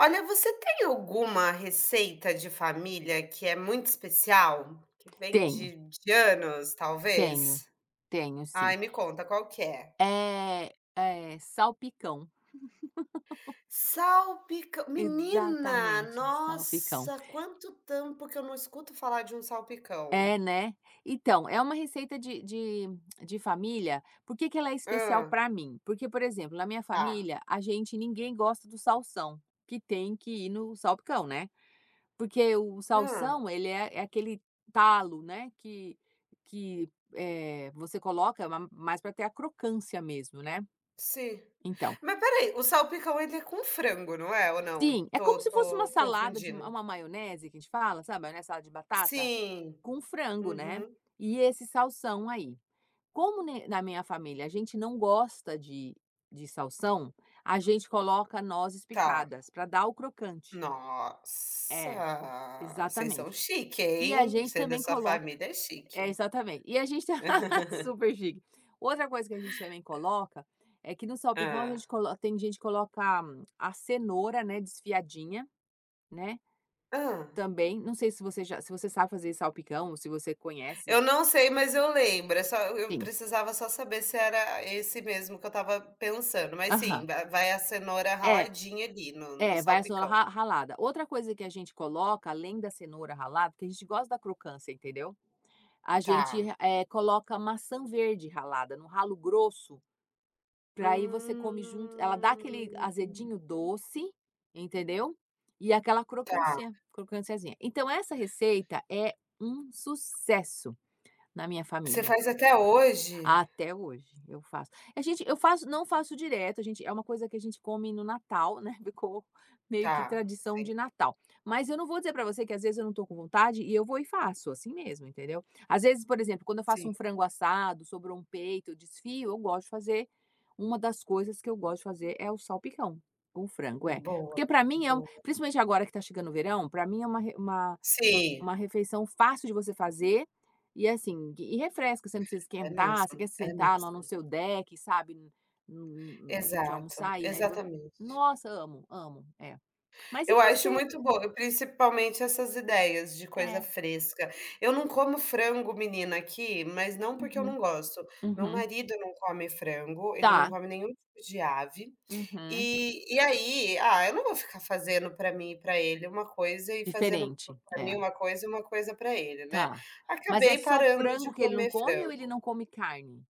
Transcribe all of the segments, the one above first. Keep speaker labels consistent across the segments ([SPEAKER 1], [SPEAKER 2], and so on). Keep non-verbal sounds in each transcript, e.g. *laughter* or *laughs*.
[SPEAKER 1] Olha, você tem alguma receita de família que é muito especial? Que vem
[SPEAKER 2] Tenho,
[SPEAKER 1] de anos,
[SPEAKER 2] tenho,
[SPEAKER 1] talvez?
[SPEAKER 2] tenho sim.
[SPEAKER 1] Ai, me conta qual que é.
[SPEAKER 2] É, salpicão,
[SPEAKER 1] Salpicão, menina,
[SPEAKER 2] exatamente, salpicão.
[SPEAKER 1] nossa, quanto tempo que eu não escuto falar de um salpicão.
[SPEAKER 2] É, né. Então, é uma receita de família. Por que que ela é especial
[SPEAKER 1] Ah,
[SPEAKER 2] para mim? Porque, por exemplo, na minha
[SPEAKER 1] tá.
[SPEAKER 2] família, a gente ninguém gosta do salsão, que tem que ir no salpicão, né. Porque o
[SPEAKER 1] Ah,
[SPEAKER 2] salsão, ele é aquele talo, né, que você coloca é ma mais para ter a crocância mesmo, né.
[SPEAKER 1] sim.
[SPEAKER 2] Então,
[SPEAKER 1] Mas peraí, o salpicão ele é com frango, não é, ou não?
[SPEAKER 2] sim, é como
[SPEAKER 1] Tô
[SPEAKER 2] se fosse uma
[SPEAKER 1] tô
[SPEAKER 2] salada de
[SPEAKER 1] confundindo.
[SPEAKER 2] uma maionese que a gente fala, sabe, maionese, salada de batata,
[SPEAKER 1] Sim.
[SPEAKER 2] com frango, né,
[SPEAKER 1] Uhum,
[SPEAKER 2] e esse salsão aí. Como ne na minha família a gente não gosta de salsão, a gente coloca nozes
[SPEAKER 1] tá.
[SPEAKER 2] picadas para dar o crocante. É,
[SPEAKER 1] Nossa, vocês são
[SPEAKER 2] exatamente.
[SPEAKER 1] chique,
[SPEAKER 2] E a
[SPEAKER 1] hein.
[SPEAKER 2] gente
[SPEAKER 1] Você é da
[SPEAKER 2] também coloca,
[SPEAKER 1] família é
[SPEAKER 2] é,
[SPEAKER 1] chique.
[SPEAKER 2] exatamente. E a gente *laughs*
[SPEAKER 1] *laughs*
[SPEAKER 2] super chique. Outra coisa que a gente também coloca é que no salpicão a
[SPEAKER 1] Hã.
[SPEAKER 2] gente colo tem gente que coloca, a cenoura, né, desfiadinha, né.
[SPEAKER 1] Hã.
[SPEAKER 2] Também, não sei se você já se você sabe fazer salpicão ou se você conhece.
[SPEAKER 1] Eu não sei, mas eu lembro, é só eu
[SPEAKER 2] Sim.
[SPEAKER 1] precisava só saber se era esse mesmo que eu estava pensando, mas
[SPEAKER 2] Aham.
[SPEAKER 1] sim, va vai a cenoura
[SPEAKER 2] É,
[SPEAKER 1] raladinha ali no
[SPEAKER 2] é, vai a cenoura
[SPEAKER 1] salpicão.
[SPEAKER 2] ra ralada. Outra coisa que a gente coloca, além da cenoura ralada, porque a gente gosta da crocância, entendeu. A gente,
[SPEAKER 1] Tá.
[SPEAKER 2] é, coloca maçã verde ralada no ralo grosso, pra aí você come junto, ela dá aquele
[SPEAKER 1] Hum,
[SPEAKER 2] azedinho doce, entendeu, e aquela
[SPEAKER 1] tá.
[SPEAKER 2] crocânciazinha. Então essa receita é um sucesso na minha
[SPEAKER 1] Você
[SPEAKER 2] família.
[SPEAKER 1] faz até hoje?
[SPEAKER 2] Até hoje eu faço. A gente, eu faço não faço direto, a gente é uma coisa que a gente come no Natal, né, *laughs* ficou meio que
[SPEAKER 1] Tá,
[SPEAKER 2] tradição de
[SPEAKER 1] sim,
[SPEAKER 2] Natal. Mas eu não vou dizer pra você que às vezes eu não tô com vontade e eu vou e faço, assim mesmo, entendeu. Às vezes, por exemplo, quando eu faço
[SPEAKER 1] sim.
[SPEAKER 2] um frango assado, sobrou um peito, eu desfio, eu gosto de fazer, uma das coisas que eu gosto de fazer é o salpicão com frango, é.
[SPEAKER 1] Boa,
[SPEAKER 2] Porque pra mim é um,
[SPEAKER 1] boa.
[SPEAKER 2] principalmente agora que tá chegando o verão, pra mim é uma uma
[SPEAKER 1] Sim,
[SPEAKER 2] uma refeição fácil de você fazer, e, assim, e refresca, você não precisa
[SPEAKER 1] é
[SPEAKER 2] esquentar, você
[SPEAKER 1] mesmo,
[SPEAKER 2] quer se
[SPEAKER 1] é
[SPEAKER 2] sentar lá no
[SPEAKER 1] mesmo.
[SPEAKER 2] seu deck, sabe, n n de
[SPEAKER 1] Exato,
[SPEAKER 2] almoçar e aí vo
[SPEAKER 1] exatamente.
[SPEAKER 2] nossa, amo, amo, é. Mas e
[SPEAKER 1] Eu acho
[SPEAKER 2] você?
[SPEAKER 1] muito bom, principalmente essas ideias de coisa
[SPEAKER 2] É,
[SPEAKER 1] fresca. Eu não como frango, menina, aqui, mas não porque eu
[SPEAKER 2] uhum,
[SPEAKER 1] não gosto. Meu
[SPEAKER 2] uhum,
[SPEAKER 1] marido não come frango, ele não
[SPEAKER 2] tá,
[SPEAKER 1] come nenhum tipo de ave.
[SPEAKER 2] uhum,
[SPEAKER 1] E aí, ah, eu não vou ficar fazendo para mim e para ele uma coisa e fazendo
[SPEAKER 2] diferente,
[SPEAKER 1] para mim
[SPEAKER 2] é,
[SPEAKER 1] uma coisa e uma coisa para ele, né?
[SPEAKER 2] tá. Mas é
[SPEAKER 1] Acabei
[SPEAKER 2] só
[SPEAKER 1] parando de
[SPEAKER 2] frango que ele não
[SPEAKER 1] comer
[SPEAKER 2] come ou ele
[SPEAKER 1] frango.
[SPEAKER 2] não come carne?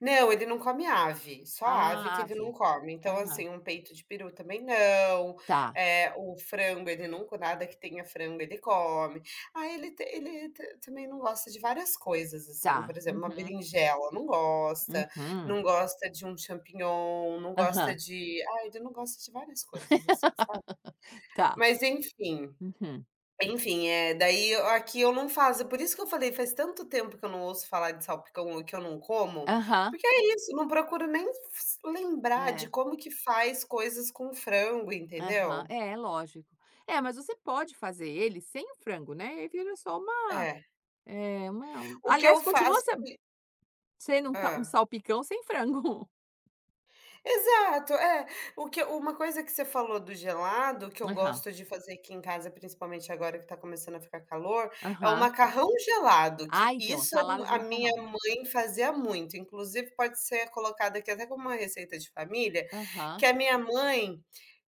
[SPEAKER 1] Não, ele não come ave, só ave
[SPEAKER 2] Ah,
[SPEAKER 1] que ele não
[SPEAKER 2] ave.
[SPEAKER 1] come. Então,
[SPEAKER 2] Aham,
[SPEAKER 1] assim, um peito de peru também não,
[SPEAKER 2] tá,
[SPEAKER 1] eh, o frango ele nunca nada que tenha frango ele come. Ah, ele te ele ta também não gosta de várias coisas, assim,
[SPEAKER 2] tá,
[SPEAKER 1] por exemplo, uma
[SPEAKER 2] uhum,
[SPEAKER 1] berinjela não gosta,
[SPEAKER 2] uhum,
[SPEAKER 1] não gosta de um champignon, não gosta
[SPEAKER 2] aham,
[SPEAKER 1] de ah, ele não gosta de várias coisas, assim, sabe.
[SPEAKER 2] *laughs* tá,
[SPEAKER 1] Mas enfim.
[SPEAKER 2] uhum,
[SPEAKER 1] Enfim, é daí eu não faço, por isso que eu falei, faz tanto tempo que eu não ouço falar de salpicão e que eu não como,
[SPEAKER 2] aham,
[SPEAKER 1] porque é isso, não procuro nem s lembrar de
[SPEAKER 2] é.
[SPEAKER 1] como que faz coisas com frango,
[SPEAKER 2] Aham.
[SPEAKER 1] entendeu.
[SPEAKER 2] É, lógico. É, mas você pode fazer ele sem o frango, né. E aí vira só uma,
[SPEAKER 1] É.
[SPEAKER 2] uma,
[SPEAKER 1] O que eu
[SPEAKER 2] aliás, continua
[SPEAKER 1] faço
[SPEAKER 2] se sendo um ta um
[SPEAKER 1] hã?
[SPEAKER 2] salpicão sem frango.
[SPEAKER 1] Exato, é. O que uma coisa que você falou do gelado, que
[SPEAKER 2] *laughs*
[SPEAKER 1] eu
[SPEAKER 2] Aham,
[SPEAKER 1] gosto de fazer aqui em casa, principalmente agora que tá começando a ficar calor, é o
[SPEAKER 2] aham.
[SPEAKER 1] macarrão gelado,
[SPEAKER 2] Ah,
[SPEAKER 1] que
[SPEAKER 2] então,
[SPEAKER 1] isso é
[SPEAKER 2] salada de
[SPEAKER 1] a minha
[SPEAKER 2] macarrão.
[SPEAKER 1] mãe fazia muito, inclusive pode ser colocado aqui até como uma receita de família,
[SPEAKER 2] Aham,
[SPEAKER 1] que a minha mãe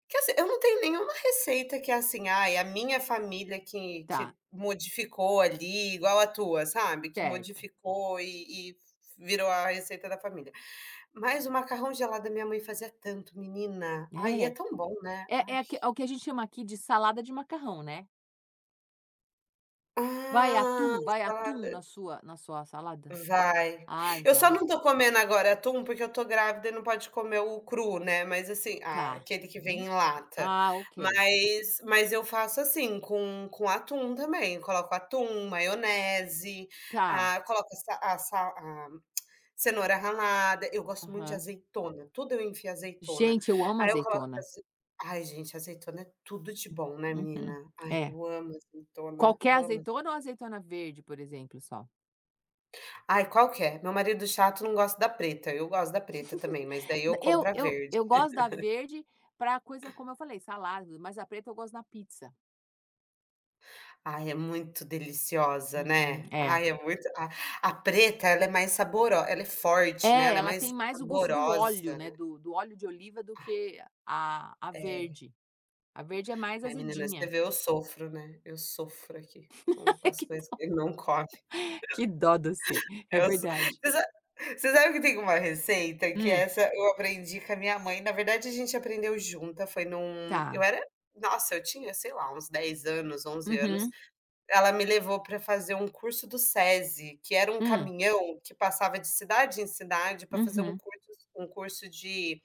[SPEAKER 1] que assim, eu não tenho nenhuma receita que é assim, ai, a minha família que
[SPEAKER 2] tá,
[SPEAKER 1] que modificou ali, igual a tua, sabe, que
[SPEAKER 2] certo.
[SPEAKER 1] modificou e virou a receita da família. Mas o macarrão gelado da minha mãe fazia tanto, menina. Ai, é
[SPEAKER 2] É.
[SPEAKER 1] tão bom, né.
[SPEAKER 2] É
[SPEAKER 1] Ai.
[SPEAKER 2] é aque é o que a gente chama aqui de salada de macarrão, né.
[SPEAKER 1] Ah,
[SPEAKER 2] Vai atum
[SPEAKER 1] salada.
[SPEAKER 2] na sua salada?
[SPEAKER 1] Vai.
[SPEAKER 2] Ah,
[SPEAKER 1] Eu só
[SPEAKER 2] então,
[SPEAKER 1] não tô comendo agora atum, porque eu tô grávida e não pode comer o cru, né, mas assim ah,
[SPEAKER 2] tá.
[SPEAKER 1] aquele que vem
[SPEAKER 2] Hum.
[SPEAKER 1] em lata.
[SPEAKER 2] Ah, ok.
[SPEAKER 1] Mas eu faço assim, com atum também, coloco atum, maionese,
[SPEAKER 2] Tá.
[SPEAKER 1] ah, coloco a cenoura ralada, eu gosto muito de
[SPEAKER 2] Aham.
[SPEAKER 1] azeitona, tudo eu enfio azeitona.
[SPEAKER 2] Gente, eu amo
[SPEAKER 1] Aí eu coloco
[SPEAKER 2] azeitona.
[SPEAKER 1] azei ai gente, azeitona é tudo de bom, né menina?
[SPEAKER 2] Uhum.
[SPEAKER 1] Ai,
[SPEAKER 2] É.
[SPEAKER 1] eu amo azeitona,
[SPEAKER 2] Qualquer
[SPEAKER 1] eu amo.
[SPEAKER 2] azeitona ou azeitona verde, por exemplo, só?
[SPEAKER 1] Ai, qual que é? Meu marido chato não gosta da preta, eu gosto da preta também, mas daí eu
[SPEAKER 2] Eu
[SPEAKER 1] compro a
[SPEAKER 2] eu
[SPEAKER 1] verde.
[SPEAKER 2] eu gosto da verde para coisa, como eu falei, salada, mas a preta eu gosto na pizza.
[SPEAKER 1] Ai, é muito deliciosa,
[SPEAKER 2] Uhum,
[SPEAKER 1] né.
[SPEAKER 2] é.
[SPEAKER 1] Ai, é muito a preta ela é mais saborosa ela é forte, né,
[SPEAKER 2] É,
[SPEAKER 1] ela é
[SPEAKER 2] ela
[SPEAKER 1] mais
[SPEAKER 2] tem mais o gosto do óleo,
[SPEAKER 1] saborosa.
[SPEAKER 2] né, do óleo de oliva do que a
[SPEAKER 1] É.
[SPEAKER 2] verde. A verde é mais
[SPEAKER 1] Ai, menina, você
[SPEAKER 2] azedinha.
[SPEAKER 1] vê, eu sofro, né, eu sofro aqui com
[SPEAKER 2] *laughs*
[SPEAKER 1] as
[SPEAKER 2] Que
[SPEAKER 1] coisas que ele não come.
[SPEAKER 2] que dó de você, é
[SPEAKER 1] Eu so
[SPEAKER 2] verdade.
[SPEAKER 1] você sa você sabe que tem uma receita que
[SPEAKER 2] Hum,
[SPEAKER 1] essa eu aprendi com a minha mãe, na verdade a gente aprendeu junta, foi num eu
[SPEAKER 2] tá.
[SPEAKER 1] era nossa, eu tinha, sei lá, uns 10 anos, 11 anos.
[SPEAKER 2] Uhum,
[SPEAKER 1] Ela me levou para fazer um curso do SESI, que era um
[SPEAKER 2] hum,
[SPEAKER 1] caminhão que passava de cidade em cidade para fazer
[SPEAKER 2] uhum.
[SPEAKER 1] um curso de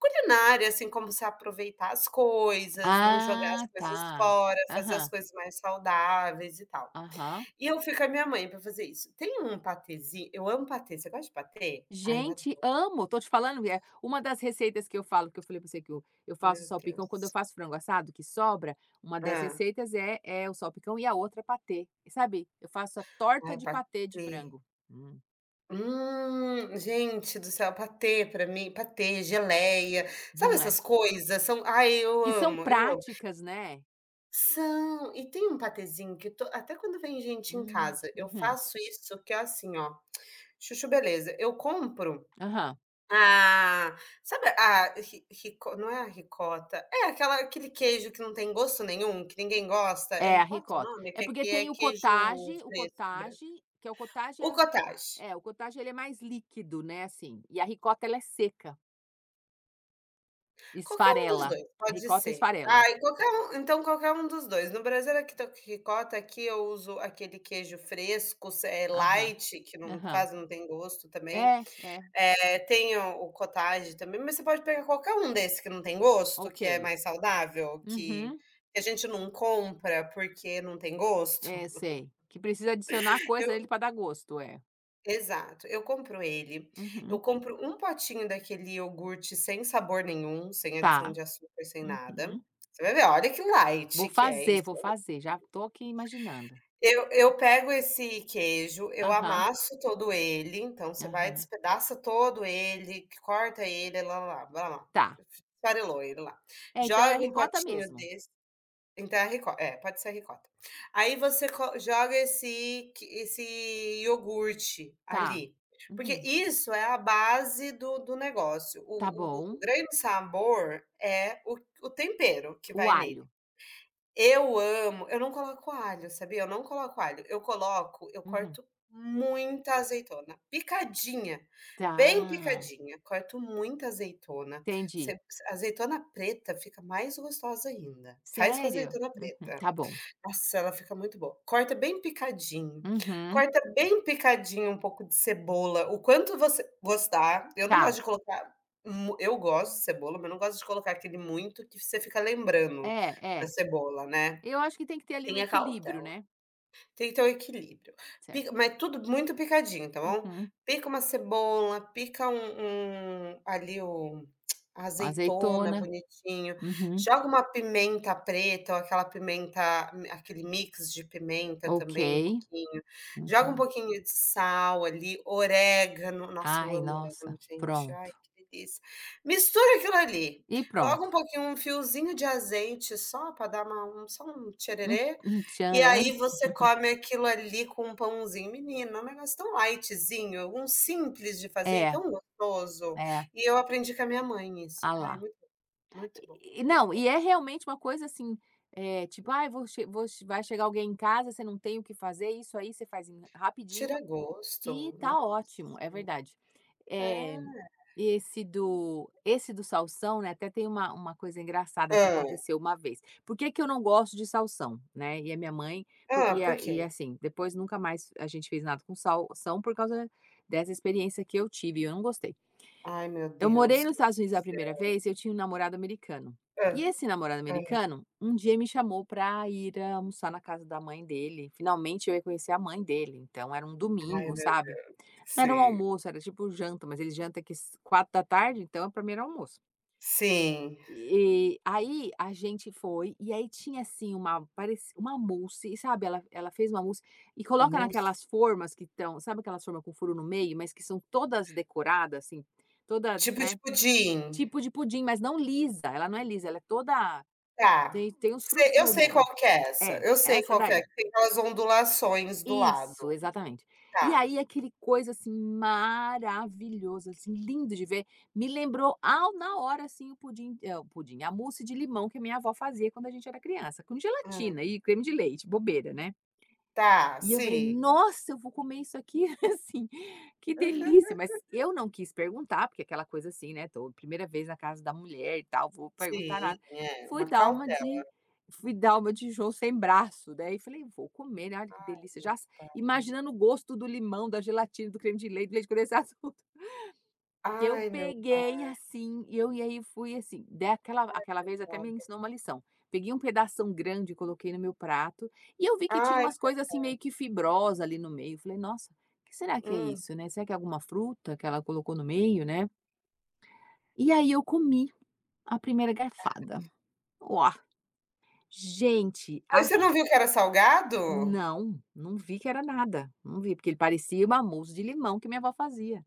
[SPEAKER 1] culinária, assim, como se aproveitar as coisas, não jogar as
[SPEAKER 2] Ah,
[SPEAKER 1] coisas
[SPEAKER 2] tá.
[SPEAKER 1] fora, fazer as
[SPEAKER 2] Aham,
[SPEAKER 1] coisas mais saudáveis e tal.
[SPEAKER 2] aham.
[SPEAKER 1] E eu fui com a minha mãe para fazer isso. Tem um patezinho, eu amo patê, você gosta de patê? Ai, eu
[SPEAKER 2] Gente,
[SPEAKER 1] adoro,
[SPEAKER 2] amo, tô te falando, é uma das receitas que eu falo, que eu falei pra você que eu faço
[SPEAKER 1] meu
[SPEAKER 2] salpicão quando eu
[SPEAKER 1] Deus.
[SPEAKER 2] faço frango assado, que sobra, uma das
[SPEAKER 1] Ah
[SPEAKER 2] receitas é o salpicão e a outra é patê. E sabe, eu faço a torta
[SPEAKER 1] Ai,
[SPEAKER 2] de patê de
[SPEAKER 1] patê.
[SPEAKER 2] frango. Hum,
[SPEAKER 1] Gente do céu, patê, pra mim patê, geleia, sabe
[SPEAKER 2] não é?
[SPEAKER 1] essas coisas? São ai, eu
[SPEAKER 2] Que são
[SPEAKER 1] amo, eu amo.
[SPEAKER 2] práticas, né.
[SPEAKER 1] São e tem um patezinho que to até quando vem gente em casa, eu
[SPEAKER 2] Uhum,
[SPEAKER 1] faço isso que é assim, ó, chuchu beleza, eu compro
[SPEAKER 2] aham.
[SPEAKER 1] a sabe a ri rico não é a ricota, é aquela, aquele queijo que não tem gosto nenhum, que ninguém gosta, é
[SPEAKER 2] É, a
[SPEAKER 1] ricota o
[SPEAKER 2] ricota.
[SPEAKER 1] nome?
[SPEAKER 2] É
[SPEAKER 1] Que
[SPEAKER 2] porque
[SPEAKER 1] aqui é
[SPEAKER 2] tem
[SPEAKER 1] queijo
[SPEAKER 2] o
[SPEAKER 1] fresco branco,
[SPEAKER 2] cottage, que é o cottage
[SPEAKER 1] o cottage.
[SPEAKER 2] o cottage ele é mais líquido, né, assim, e a ricota ela é seca,
[SPEAKER 1] Qualquer um dos
[SPEAKER 2] esfarela.
[SPEAKER 1] 2
[SPEAKER 2] A
[SPEAKER 1] pode
[SPEAKER 2] ricota é
[SPEAKER 1] ser.
[SPEAKER 2] esfarela.
[SPEAKER 1] Ai, qualquer um, então, qualquer um dos dois. No Brasil aqui quitan ricota, aqui eu uso aquele queijo fresco, se eh,
[SPEAKER 2] Aham.
[SPEAKER 1] light, que no
[SPEAKER 2] Aham.
[SPEAKER 1] caso não tem gosto também.
[SPEAKER 2] É, é,
[SPEAKER 1] Eh, tem o cottage também, mas você pode pegar qualquer um desse que não tem gosto, que é
[SPEAKER 2] ok.
[SPEAKER 1] mais saudável,
[SPEAKER 2] Uhum.
[SPEAKER 1] que a gente não compra porque não tem gosto.
[SPEAKER 2] É, sei. Que precisa adicionar coisa a ele
[SPEAKER 1] *laughs*
[SPEAKER 2] para dar gosto, é.
[SPEAKER 1] Exato, eu compro ele.
[SPEAKER 2] Uhum.
[SPEAKER 1] Eu compro um potinho daquele iogurte sem sabor nenhum, sem adição
[SPEAKER 2] Tá.
[SPEAKER 1] de açúcar, sem nada.
[SPEAKER 2] Uhum.
[SPEAKER 1] Você vai ver, olha que light que é isso.
[SPEAKER 2] Vou fazer, já tô aqui imaginando.
[SPEAKER 1] Eu pego esse queijo, eu
[SPEAKER 2] Aham,
[SPEAKER 1] amasso todo ele, então você vai
[SPEAKER 2] aham.
[SPEAKER 1] despedaça todo ele, corta ele, lá, lá, lá, blá, blá,
[SPEAKER 2] Tá.
[SPEAKER 1] esfarelou ele lá.
[SPEAKER 2] É, então é a
[SPEAKER 1] Joga um
[SPEAKER 2] ricota
[SPEAKER 1] potinho
[SPEAKER 2] mesmo.
[SPEAKER 1] Então é rico, pode ser ricota. Aí você co joga esse iogurte
[SPEAKER 2] Tá.
[SPEAKER 1] ali, porque
[SPEAKER 2] Uhum.
[SPEAKER 1] isso é a base do negócio.
[SPEAKER 2] Tá
[SPEAKER 1] O o
[SPEAKER 2] bom.
[SPEAKER 1] o grande sabor é o tempero que
[SPEAKER 2] O
[SPEAKER 1] vai
[SPEAKER 2] alho.
[SPEAKER 1] nele. Eu não coloco alho, sabia? Eu não coloco alho, eu
[SPEAKER 2] Uhum.
[SPEAKER 1] corto muita azeitona, picadinha,
[SPEAKER 2] Tá,
[SPEAKER 1] bem picadinha, corto muita azeitona,
[SPEAKER 2] entendi.
[SPEAKER 1] ce azeitona preta fica mais gostosa ainda, faz com
[SPEAKER 2] Sério?
[SPEAKER 1] azeitona
[SPEAKER 2] Uhum.
[SPEAKER 1] preta.
[SPEAKER 2] Tá bom.
[SPEAKER 1] Nossa, ela fica muito boa.
[SPEAKER 2] Uhum.
[SPEAKER 1] Corta bem picadinho um pouco de cebola, o quanto você gostar, eu não
[SPEAKER 2] Tá.
[SPEAKER 1] gosto de colocar mu eu gosto de cebola, mas eu não gosto de colocar aquele muito que você fica lembrando
[SPEAKER 2] É,
[SPEAKER 1] da
[SPEAKER 2] é.
[SPEAKER 1] cebola, né.
[SPEAKER 2] Eu acho que tem que ter ali um
[SPEAKER 1] Tenha
[SPEAKER 2] equilíbrio,
[SPEAKER 1] cautela.
[SPEAKER 2] né.
[SPEAKER 1] Tem que ter o equilíbrio. Pica,
[SPEAKER 2] Certo.
[SPEAKER 1] mas tudo muito picadinho, tá bom?
[SPEAKER 2] Uhum.
[SPEAKER 1] Pica uma cebola, pica ali o a azeitona
[SPEAKER 2] Azeitona.
[SPEAKER 1] bonitinho,
[SPEAKER 2] Uhum.
[SPEAKER 1] joga uma pimenta preta ou aquela pimenta, aquele mix de pimenta
[SPEAKER 2] Ok.
[SPEAKER 1] também um pouquinho, joga um
[SPEAKER 2] Uhum.
[SPEAKER 1] pouquinho de sal ali, orégano, nossa eu
[SPEAKER 2] Ai,
[SPEAKER 1] amo orégano
[SPEAKER 2] nossa,
[SPEAKER 1] gente, ai
[SPEAKER 2] pronto.
[SPEAKER 1] que delícia. Mistura aquilo ali,
[SPEAKER 2] E
[SPEAKER 1] coloca
[SPEAKER 2] pronto.
[SPEAKER 1] um pouquinho, um fiozinho de azeite só para dar uma um só um
[SPEAKER 2] Um,
[SPEAKER 1] tchererê
[SPEAKER 2] um
[SPEAKER 1] e
[SPEAKER 2] tcharam.
[SPEAKER 1] aí você come aquilo ali com um pãozinho, menina, é um negócio tão lightzinho, um simples de fazer e
[SPEAKER 2] É,
[SPEAKER 1] tão gostoso.
[SPEAKER 2] é.
[SPEAKER 1] E eu aprendi com a minha mãe isso.
[SPEAKER 2] Ah
[SPEAKER 1] Ai, é
[SPEAKER 2] lá.
[SPEAKER 1] muito muito bom,
[SPEAKER 2] E,
[SPEAKER 1] muito
[SPEAKER 2] não,
[SPEAKER 1] bom.
[SPEAKER 2] e é realmente uma coisa assim, é, tipo, ai, vai chegar alguém em casa, você não tem o que fazer, isso aí você faz
[SPEAKER 1] Tira
[SPEAKER 2] rapidinho.
[SPEAKER 1] gosto,
[SPEAKER 2] E tá ótimo,
[SPEAKER 1] nossa,
[SPEAKER 2] é verdade. Eh,
[SPEAKER 1] é.
[SPEAKER 2] esse do salsão, né, até tem uma coisa engraçada que
[SPEAKER 1] Hã.
[SPEAKER 2] aconteceu uma vez. Por que que eu não gosto de salsão, né, e a minha mãe, por
[SPEAKER 1] Hã,
[SPEAKER 2] e
[SPEAKER 1] por
[SPEAKER 2] a e
[SPEAKER 1] quê?
[SPEAKER 2] assim, depois nunca mais a gente fez nada com salsão por causa dessa experiência que eu tive e eu não gostei.
[SPEAKER 1] Ai meu
[SPEAKER 2] Eu morei
[SPEAKER 1] Deus,
[SPEAKER 2] nos
[SPEAKER 1] que
[SPEAKER 2] Estados Unidos a primeira
[SPEAKER 1] aconteceu?
[SPEAKER 2] vez e eu tinha um namorado americano. E
[SPEAKER 1] Hã,
[SPEAKER 2] esse namorado
[SPEAKER 1] hã.
[SPEAKER 2] americano, um dia me chamou para ir almoçar na casa da mãe dele, finalmente eu ia conhecer a mãe dele, então era um
[SPEAKER 1] Ai
[SPEAKER 2] domingo,
[SPEAKER 1] meu
[SPEAKER 2] sabe?
[SPEAKER 1] Deus!
[SPEAKER 2] Era um
[SPEAKER 1] Sim,
[SPEAKER 2] almoço, era tipo janta, mas ele janta aqui s 4 da tarde, então pra mim era almoço.
[SPEAKER 1] sim,
[SPEAKER 2] E aí a gente foi, e aí tinha assim uma, pareci uma mousse, e sabe, ela fez uma mousse e coloca
[SPEAKER 1] mousse,
[SPEAKER 2] naquelas formas que estão, sabe aquelas formas com furo no meio, mas que são todas decoradas, assim, toda,
[SPEAKER 1] tipo de
[SPEAKER 2] né,
[SPEAKER 1] pudim.
[SPEAKER 2] tipo de pudim, mas não lisa, ela não é lisa, ela é toda,
[SPEAKER 1] Tá,
[SPEAKER 2] tem uns
[SPEAKER 1] sei eu
[SPEAKER 2] frufru
[SPEAKER 1] sei
[SPEAKER 2] nela.
[SPEAKER 1] qual que é essa,
[SPEAKER 2] É,
[SPEAKER 1] eu sei
[SPEAKER 2] essa
[SPEAKER 1] qual que é,
[SPEAKER 2] daí.
[SPEAKER 1] que tem aquelas ondulações do lado,
[SPEAKER 2] Isso, exatamente. E
[SPEAKER 1] tá.
[SPEAKER 2] aí aquele coisa, assim, maravilhoso, assim, lindo de ver, me lembrou ao, na hora, assim, o pudim, a mousse de limão que a minha avó fazia quando a gente era criança, com
[SPEAKER 1] Hum,
[SPEAKER 2] gelatina e creme de leite, bobeira, né.
[SPEAKER 1] tá,
[SPEAKER 2] E eu falei:
[SPEAKER 1] sim.
[SPEAKER 2] "Nossa, eu vou comer isso aqui", *laughs* assim, que delícia, mas eu não quis perguntar, porque aquela coisa, assim, né, tô primeira vez na casa da mulher e tal, vou perguntar
[SPEAKER 1] Sim,
[SPEAKER 2] nada.
[SPEAKER 1] é,
[SPEAKER 2] Fui
[SPEAKER 1] uma
[SPEAKER 2] dar uma de
[SPEAKER 1] cautela.
[SPEAKER 2] Fui dar uma de João sem braço, né, e falei: "Vou comer, né, olha que
[SPEAKER 1] Ai,
[SPEAKER 2] delícia",
[SPEAKER 1] meu pai.
[SPEAKER 2] imaginando o gosto do limão, da gelatina, do creme de leite, do leite condensado. Que eu
[SPEAKER 1] Ai, meu pai.
[SPEAKER 2] peguei assim, e eu e aí fui assim, daquela aquela vez até me ensinou uma lição. Peguei um pedação grande, coloquei no meu prato, e eu vi que tinha
[SPEAKER 1] Ai,
[SPEAKER 2] umas coisas assim meio que fibrosa ali no meio, falei: "Nossa, o que será que é
[SPEAKER 1] hum.
[SPEAKER 2] isso, né? Será que é alguma fruta que ela colocou no meio, né?". E aí eu comi a primeira garfada. Ó gente,
[SPEAKER 1] Aí
[SPEAKER 2] a
[SPEAKER 1] você não viu que era salgado?
[SPEAKER 2] não, não vi que era nada, não vi, porque ele parecia uma mousse de limão que minha avó fazia,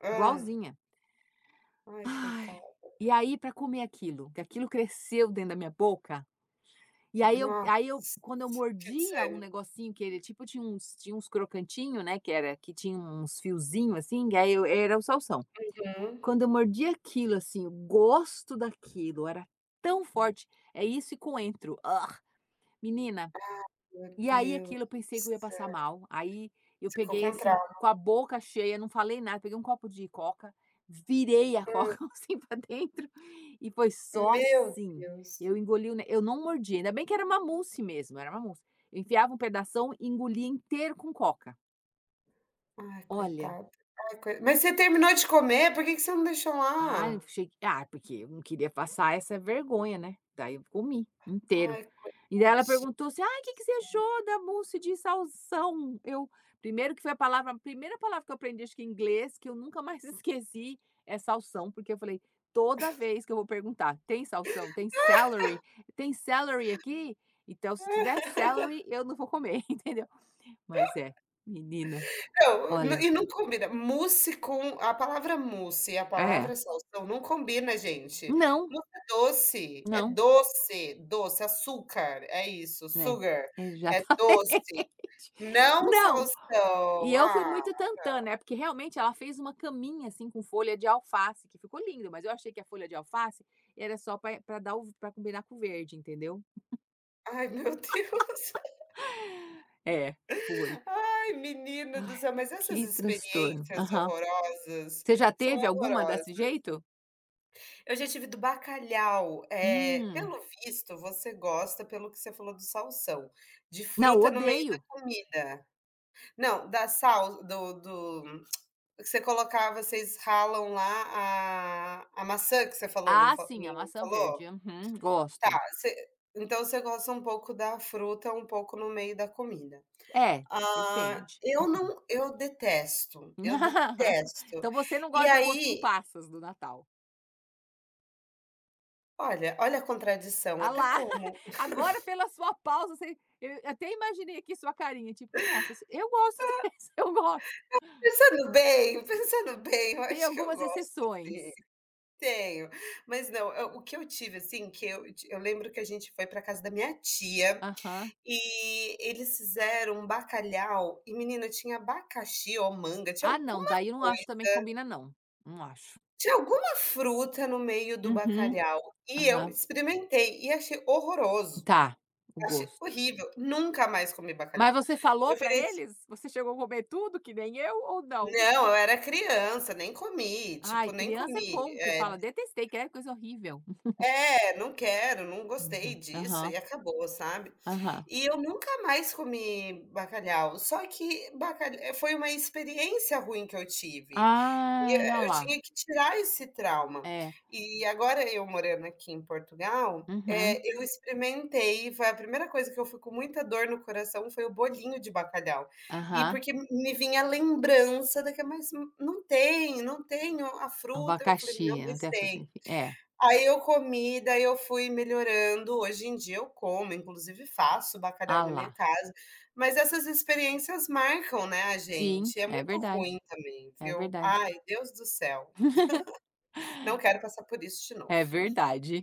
[SPEAKER 1] Hã.
[SPEAKER 2] igualzinha.
[SPEAKER 1] Ai,
[SPEAKER 2] Ai,
[SPEAKER 1] coitado.
[SPEAKER 2] e aí para comer aquilo, que aquilo cresceu dentro da minha boca, e
[SPEAKER 1] Nossa,
[SPEAKER 2] aí eu, quando eu
[SPEAKER 1] que
[SPEAKER 2] mordia um
[SPEAKER 1] desânimo.
[SPEAKER 2] negocinho, que ele tipo tinha uns, crocantinhos, né, que era, que tinha uns fiozinhos assim, e aí eu, era o salsão.
[SPEAKER 1] Uhum.
[SPEAKER 2] Quando eu mordia aquilo, assim, o gosto daquilo era tão forte. É isso e coentro. Ah, menina,
[SPEAKER 1] Meu
[SPEAKER 2] e aí
[SPEAKER 1] Deus do
[SPEAKER 2] aquilo, eu pensei que eu ia passar
[SPEAKER 1] céu.
[SPEAKER 2] mal, aí eu
[SPEAKER 1] Você ficou
[SPEAKER 2] peguei,
[SPEAKER 1] com
[SPEAKER 2] assim, com
[SPEAKER 1] trauma.
[SPEAKER 2] a boca cheia, não falei nada, peguei um copo de coca, virei a
[SPEAKER 1] Hum.
[SPEAKER 2] coca *laughs* assim para dentro e foi só
[SPEAKER 1] Meu
[SPEAKER 2] assim.
[SPEAKER 1] Deus.
[SPEAKER 2] Eu engoli o ne eu não mordi, ainda bem que era uma mousse mesmo, era uma mousse. Eu enfiava um pedação e engolia inteiro com coca.
[SPEAKER 1] Ai,
[SPEAKER 2] Olha,
[SPEAKER 1] coitado. Ai, coi mas você terminou de comer? Por que que você não deixou
[SPEAKER 2] ai eu
[SPEAKER 1] lá?
[SPEAKER 2] cheguei, porque eu não queria passar essa vergonha, né, daí eu comi inteiro.
[SPEAKER 1] Ai,
[SPEAKER 2] E daí ela
[SPEAKER 1] coitadinho.
[SPEAKER 2] perguntou assim: "Ai, o que que você achou da mousse de salsão?". Eu, primeiro que foi a primeira palavra que eu aprendi, acho que em inglês, que eu nunca mais *laughs* esqueci, é salsão, porque eu falei: "Toda vez que eu vou perguntar: 'Tem salsão? Tem celery? Tem celery aqui?'. Então, se tiver celery, eu não vou comer", *laughs* entendeu? Mas é, menina,
[SPEAKER 1] Não,
[SPEAKER 2] olha,
[SPEAKER 1] e não combina. Mousse com a palavra mousse e a
[SPEAKER 2] é.
[SPEAKER 1] palavra salsão não combina, gente.
[SPEAKER 2] Não,
[SPEAKER 1] Mousse é
[SPEAKER 2] não,
[SPEAKER 1] doce, doce, açúcar, é isso,
[SPEAKER 2] né?
[SPEAKER 1] sugar,
[SPEAKER 2] É,
[SPEAKER 1] é
[SPEAKER 2] exatamente.
[SPEAKER 1] doce.
[SPEAKER 2] *laughs*
[SPEAKER 1] Não
[SPEAKER 2] Não. E
[SPEAKER 1] salsão.
[SPEAKER 2] eu fui
[SPEAKER 1] Ah,
[SPEAKER 2] muito tantã, né, porque realmente ela fez uma caminha, assim, com folha de alface, que ficou lindo, mas eu achei que a folha de alface era só para pra dar o, pra combinar com o verde, entendeu.
[SPEAKER 1] ai meu *laughs* Deus.
[SPEAKER 2] É, foi.
[SPEAKER 1] Ai, menina do
[SPEAKER 2] Ai,
[SPEAKER 1] céu, mas essas
[SPEAKER 2] que transtorno.
[SPEAKER 1] experiências
[SPEAKER 2] Aham.
[SPEAKER 1] horrorosas
[SPEAKER 2] Você já
[SPEAKER 1] são
[SPEAKER 2] teve alguma
[SPEAKER 1] horrorosas.
[SPEAKER 2] desse jeito?
[SPEAKER 1] Eu já tive do bacalhau, é
[SPEAKER 2] Hum.
[SPEAKER 1] pelo visto você gosta, pelo que você falou, do salsão, de
[SPEAKER 2] Não,
[SPEAKER 1] fruta no meio da
[SPEAKER 2] odeio.
[SPEAKER 1] comida. Não, da sal do do que você colocava, vocês ralam lá a maçã que você falou,
[SPEAKER 2] Ah, sim, a
[SPEAKER 1] não
[SPEAKER 2] maçã
[SPEAKER 1] falou?
[SPEAKER 2] verde. Uhum,
[SPEAKER 1] Tá,
[SPEAKER 2] gosto.
[SPEAKER 1] você então você gosta um pouco da fruta, um pouco no meio da comida.
[SPEAKER 2] É,
[SPEAKER 1] Ah,
[SPEAKER 2] depende.
[SPEAKER 1] eu
[SPEAKER 2] Uhum.
[SPEAKER 1] não eu detesto, eu
[SPEAKER 2] *laughs*
[SPEAKER 1] detesto.
[SPEAKER 2] Então você não
[SPEAKER 1] E
[SPEAKER 2] gosta de arroz com
[SPEAKER 1] aí,
[SPEAKER 2] passas do Natal?
[SPEAKER 1] olha a contradição,
[SPEAKER 2] Ah
[SPEAKER 1] até
[SPEAKER 2] lá, *laughs*
[SPEAKER 1] como.
[SPEAKER 2] agora pela sua pausa, você eu até imaginei aqui sua carinha, tipo: "Nossa, eu gosto *laughs* desse, eu gosto".
[SPEAKER 1] Pensando bem, eu
[SPEAKER 2] Tem
[SPEAKER 1] acho que eu
[SPEAKER 2] algumas
[SPEAKER 1] gosto
[SPEAKER 2] exceções.
[SPEAKER 1] sim, tenho. Mas não, eu o que eu tive, assim, que eu lembro que a gente foi para casa da minha tia.
[SPEAKER 2] Aham.
[SPEAKER 1] E eles fizeram um bacalhau e, menina, tinha abacaxi ou manga, tinha
[SPEAKER 2] Ah não,
[SPEAKER 1] alguma
[SPEAKER 2] daí eu não acho
[SPEAKER 1] coisa,
[SPEAKER 2] também que combina, não, não acho.
[SPEAKER 1] tinha alguma fruta no meio do
[SPEAKER 2] Uhum,
[SPEAKER 1] bacalhau. E eu
[SPEAKER 2] aham.
[SPEAKER 1] experimentei e achei horroroso,
[SPEAKER 2] Tá, o
[SPEAKER 1] achei
[SPEAKER 2] gosto.
[SPEAKER 1] horrível, nunca mais comi
[SPEAKER 2] Mas
[SPEAKER 1] bacalhau.
[SPEAKER 2] você falou
[SPEAKER 1] Eu
[SPEAKER 2] pra
[SPEAKER 1] virei
[SPEAKER 2] eles? Você chegou a comer tudo que nem eu, ou não?
[SPEAKER 1] não, eu era criança, nem comi,
[SPEAKER 2] Ai,
[SPEAKER 1] tipo, nem
[SPEAKER 2] criança é
[SPEAKER 1] comi.
[SPEAKER 2] bom que
[SPEAKER 1] É.
[SPEAKER 2] fala: "Detestei, que é coisa horrível".
[SPEAKER 1] É, não quero, não gostei
[SPEAKER 2] Uhum.
[SPEAKER 1] disso
[SPEAKER 2] Aham,
[SPEAKER 1] e acabou, sabe.
[SPEAKER 2] aham.
[SPEAKER 1] E eu nunca mais comi bacalhau, só que bacalhau foi uma experiência ruim que eu tive,
[SPEAKER 2] Ah,
[SPEAKER 1] e,
[SPEAKER 2] olha
[SPEAKER 1] eh, eu
[SPEAKER 2] lá.
[SPEAKER 1] tinha que tirar esse trauma.
[SPEAKER 2] É.
[SPEAKER 1] E agora eu morando aqui em Portugal, eh,
[SPEAKER 2] Uhum.
[SPEAKER 1] eu experimentei, foi a primeira coisa que eu fui com muita dor no coração foi o bolinho de bacalhau, e
[SPEAKER 2] Aham.
[SPEAKER 1] porque me vinha a lembrança daque mas não tem, não tenho a fruta, eu falei: "Não,
[SPEAKER 2] Abacaxi, não
[SPEAKER 1] mas
[SPEAKER 2] tem a fruta,
[SPEAKER 1] tem".
[SPEAKER 2] enfim. É,
[SPEAKER 1] Aí eu comi, daí eu fui melhorando. Hoje em dia eu como, inclusive faço bacalhau na
[SPEAKER 2] alá.
[SPEAKER 1] minha casa, mas essas experiências marcam, né, a
[SPEAKER 2] Sim,
[SPEAKER 1] gente. É
[SPEAKER 2] é
[SPEAKER 1] muito
[SPEAKER 2] verdade,
[SPEAKER 1] ruim também,
[SPEAKER 2] é
[SPEAKER 1] viu.
[SPEAKER 2] verdade.
[SPEAKER 1] Ai, Deus do céu,
[SPEAKER 2] *laughs*
[SPEAKER 1] não quero passar por isso de
[SPEAKER 2] É
[SPEAKER 1] novo.
[SPEAKER 2] verdade.